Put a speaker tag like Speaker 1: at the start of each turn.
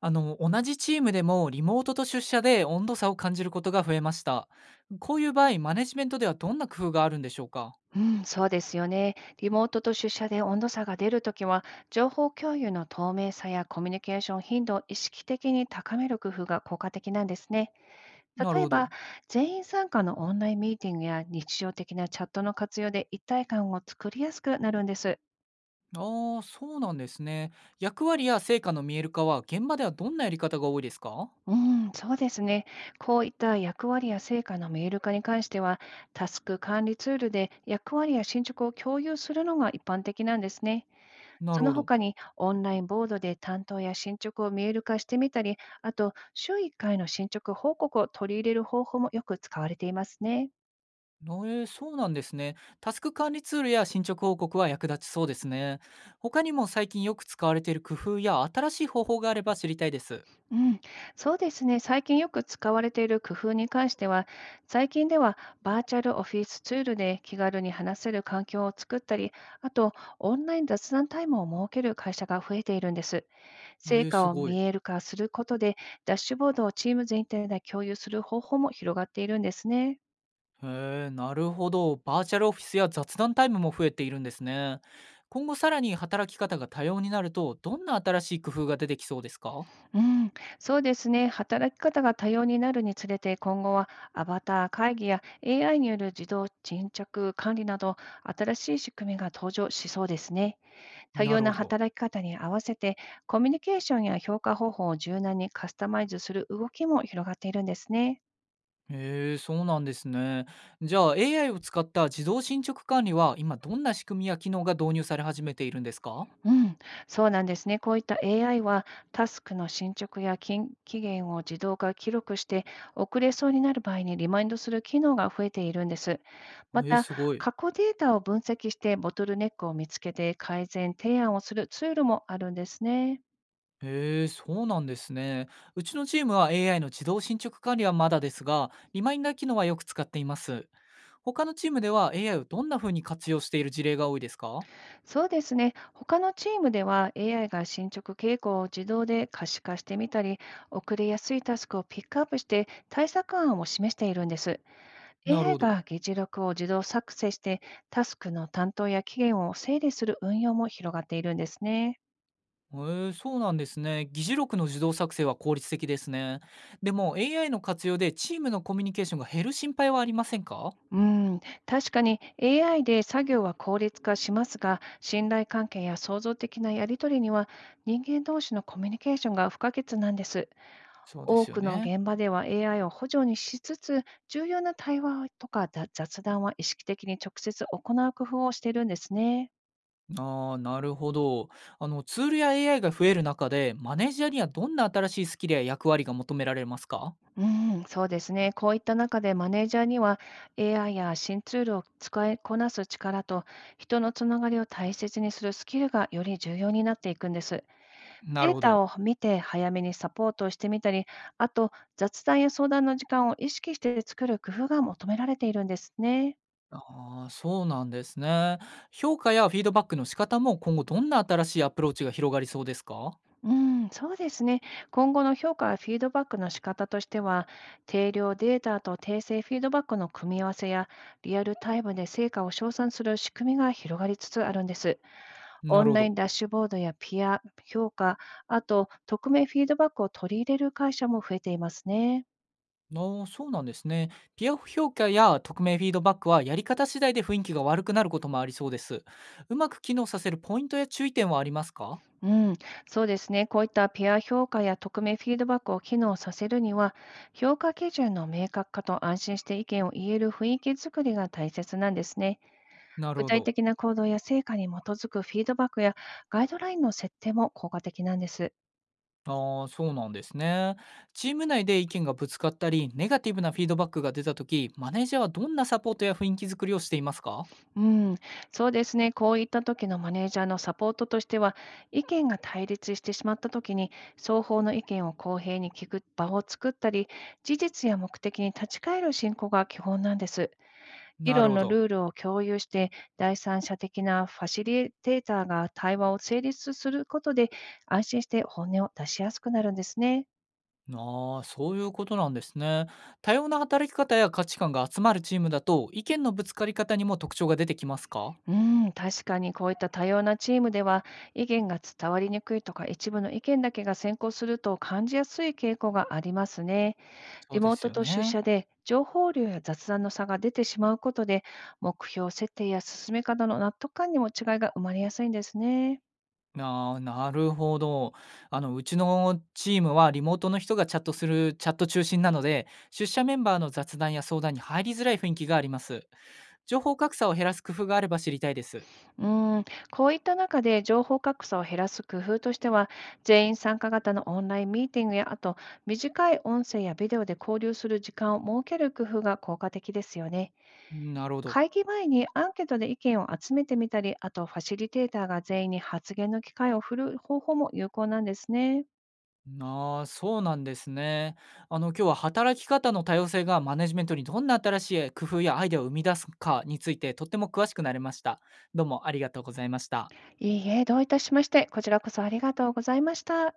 Speaker 1: 同じチームでもリモートと出社で温度差を感じることが増えました。こういう場合、マネジメントではどんな工夫があるんでしょうか？
Speaker 2: うん、そうですよね。リモートと出社で温度差が出るときは、情報共有の透明さやコミュニケーション頻度を意識的に高める工夫が効果的なんですね。
Speaker 1: なる
Speaker 2: 例え
Speaker 1: ほ
Speaker 2: ば、
Speaker 1: ど。
Speaker 2: 全員参加のオンラインミーティングや日常的なチャットの活用で一体感を作りやすくなるんです。
Speaker 1: ああ、そうなんですね。役割や成果の見える化は現場ではどんなやり方が多いですか？
Speaker 2: うん、そうですね。こういった役割や成果の見える化に関しては、タスク管理ツールで役割や進捗を共有するのが一般的なんですね。
Speaker 1: な
Speaker 2: そ
Speaker 1: るほ
Speaker 2: の
Speaker 1: ど。
Speaker 2: 他にオンラインボードで担当や進捗を見える化してみたり、あと週1回の進捗報告を取り入れる方法もよく使われていますね。
Speaker 1: えー、そうなんですね。タスク管理ツールや進捗報告は役立ちそうですね。他にも最近よく使われている工夫や新しい方法があれば知りたいです。
Speaker 2: うん、そうですね。最近よく使われている工夫に関しては、最近ではバーチャルオフィスツールで気軽に話せる環境を作ったり、あとオンライン雑談タイムを設ける会社が増えているんです。
Speaker 1: え
Speaker 2: 成
Speaker 1: ー、す
Speaker 2: 果を
Speaker 1: ご
Speaker 2: 見
Speaker 1: い。
Speaker 2: える化することで、ダッシュボードをチーム全体で共有する方法も広がっているんですね。
Speaker 1: へえ、なるほど。バーチャルオフィスや雑談タイムも増えているんですね。今後さらに働き方が多様になると、どんな新しい工夫が出てきそうですか？
Speaker 2: うん、そうですね。働き方が多様になるにつれて、今後はアバター会議や AI による自動沈着管理など、新しい仕組みが登場しそうですね。多
Speaker 1: な
Speaker 2: 様
Speaker 1: るほ
Speaker 2: な
Speaker 1: ど。
Speaker 2: 働き方に合わせて、コミュニケーションや評価方法を柔軟にカスタマイズする動きも広がっているんですね。
Speaker 1: へえ、そうなんですね。じゃあ AI を使った自動進捗管理は今どんな仕組みや機能が導入され始めているんですか？
Speaker 2: うん、そうなんですね。こういった AI は、タスクの進捗やき期限を自動化記録して、遅れそうになる場合にリマインドする機能が増えているんです。ま
Speaker 1: えー、
Speaker 2: た、
Speaker 1: すごい。
Speaker 2: 過去データを分析して、ボトルネックを見つけて改善提案をするツールもあるんですね。
Speaker 1: へえー、そうなんですね。うちのチームは AI の自動進捗管理はまだですが、リマインダー機能はよく使っています。他のチームでは AI をどんな風に活用している事例が多いですか？
Speaker 2: そうですね。他のチームでは、AI が進捗傾向を自動で可視化してみたり、遅れやすいタスクをピックアップして、対策案を示しているんです。
Speaker 1: なる
Speaker 2: AI
Speaker 1: ほど。
Speaker 2: が議事録を自動作成して、タスクの担当や期限を整理する運用も広がっているんですね。
Speaker 1: えー、そうなんですね。議事録の自動作成は効率的ですね。でも AI の活用でチームのコミュニケーションが減る心配はありませんか？
Speaker 2: うん、確かに AI で作業は効率化しますが、信頼関係や創造的なやり取りには人間同士のコミュニケーションが不可欠なんです。
Speaker 1: そうで
Speaker 2: 多
Speaker 1: すよ
Speaker 2: くの
Speaker 1: ね。
Speaker 2: 現場では AI を補助にしつつ、重要な対話とか雑談は意識的に直接行う工夫をしているんですね。
Speaker 1: ああ、なるほど。ツールや AI が増える中で、マネージャーにはどんな新しいスキルや役割が求められますか？
Speaker 2: うん、そうですね。こういった中でマネージャーには AI や新ツールを使いこなす力と人のつながりを大切にするスキルがより重要になっていくんです。
Speaker 1: なる
Speaker 2: デー
Speaker 1: ほ
Speaker 2: タ
Speaker 1: ど。
Speaker 2: を見て早めにサポートをしてみたり、あと雑談や相談の時間を意識して作る工夫が求められているんですね。
Speaker 1: ああ、そうなんですね。評価やフィードバックの仕方も今後どんな新しいアプローチが広がりそうですか？
Speaker 2: うん、そうですね。今後の評価やフィードバックの仕方としては、定量データと訂正フィードバックの組み合わせや、リアルタイムで成果を称賛する仕組みが広がりつつあるんです。オ
Speaker 1: なる
Speaker 2: ン
Speaker 1: ほ
Speaker 2: ライ
Speaker 1: ど。
Speaker 2: ンダッシュボードやピア評価、あと匿名フィードバックを取り入れる会社も増えていますね。
Speaker 1: ああ、そうなんですね。ピアフ評価や匿名フィードバックはやり方次第で雰囲気が悪くなることもありそうです。うまく機能させるポイントや注意点はありますか？
Speaker 2: うん、そうですね。こういったピア評価や匿名フィードバックを機能させるには、評価基準の明確化と安心して意見を言える雰囲気づくりが大切なんですね。
Speaker 1: なる
Speaker 2: 具
Speaker 1: ほ
Speaker 2: 体
Speaker 1: ど。
Speaker 2: 的な行動や成果に基づくフィードバックやガイドラインの設定も効果的なんです。
Speaker 1: ああ、そうなんですね。チーム内で意見がぶつかったり、ネガティブなフィードバックが出たとき、マネージャーはどんなサポートや雰囲気作りをしていますか？
Speaker 2: うん、そうですね。こういった時のマネージャーのサポートとしては、意見が対立してしまった時に、双方の意見を公平に聞く場を作ったり、事実や目的に立ち返る進行が基本なんです。議
Speaker 1: なる
Speaker 2: 論
Speaker 1: ほ
Speaker 2: の
Speaker 1: ど。
Speaker 2: ルールを共有して、第三者的なファシリテーターが対話を成立することで、安心して本音を出しやすくなるんですね。
Speaker 1: ああ、そういうことなんですね。多様な働き方や価値観が集まるチームだと、意見のぶつかり方にも特徴が出てきますか？
Speaker 2: うん、確かにこういった多様なチームでは、意見が伝わりにくいとか、一部の意見だけが先行すると感じやすい傾向がありますね。
Speaker 1: そ
Speaker 2: リ
Speaker 1: うで
Speaker 2: モー
Speaker 1: す
Speaker 2: ト
Speaker 1: よ
Speaker 2: と出
Speaker 1: ね。
Speaker 2: 社で情報量や雑談の差が出てしまうことで、目標設定や進め方の納得感にも違いが生まれやすいんですね。
Speaker 1: なあ、なるほど。うちのチームはリモートの人がチャットするチャット中心なので、出社メンバーの雑談や相談に入りづらい雰囲気があります。情報格差を減らす工夫があれば知りたいです。
Speaker 2: うん、こういった中で情報格差を減らす工夫としては、全員参加型のオンラインミーティングや、あと短い音声やビデオで交流する時間を設ける工夫が効果的ですよね。
Speaker 1: なるほど。
Speaker 2: 会議前にアンケートで意見を集めてみたり、あとファシリテーターが全員に発言の機会を振る方法も有効なんですね。
Speaker 1: ああ、そうなんですね。今日は働き方の多様性がマネジメントにどんな新しい工夫やアイデアを生み出すかについてとっても詳しくなれました。どうもありがとうございました。
Speaker 2: いいえ、どういたしまして、こちらこそありがとうございました。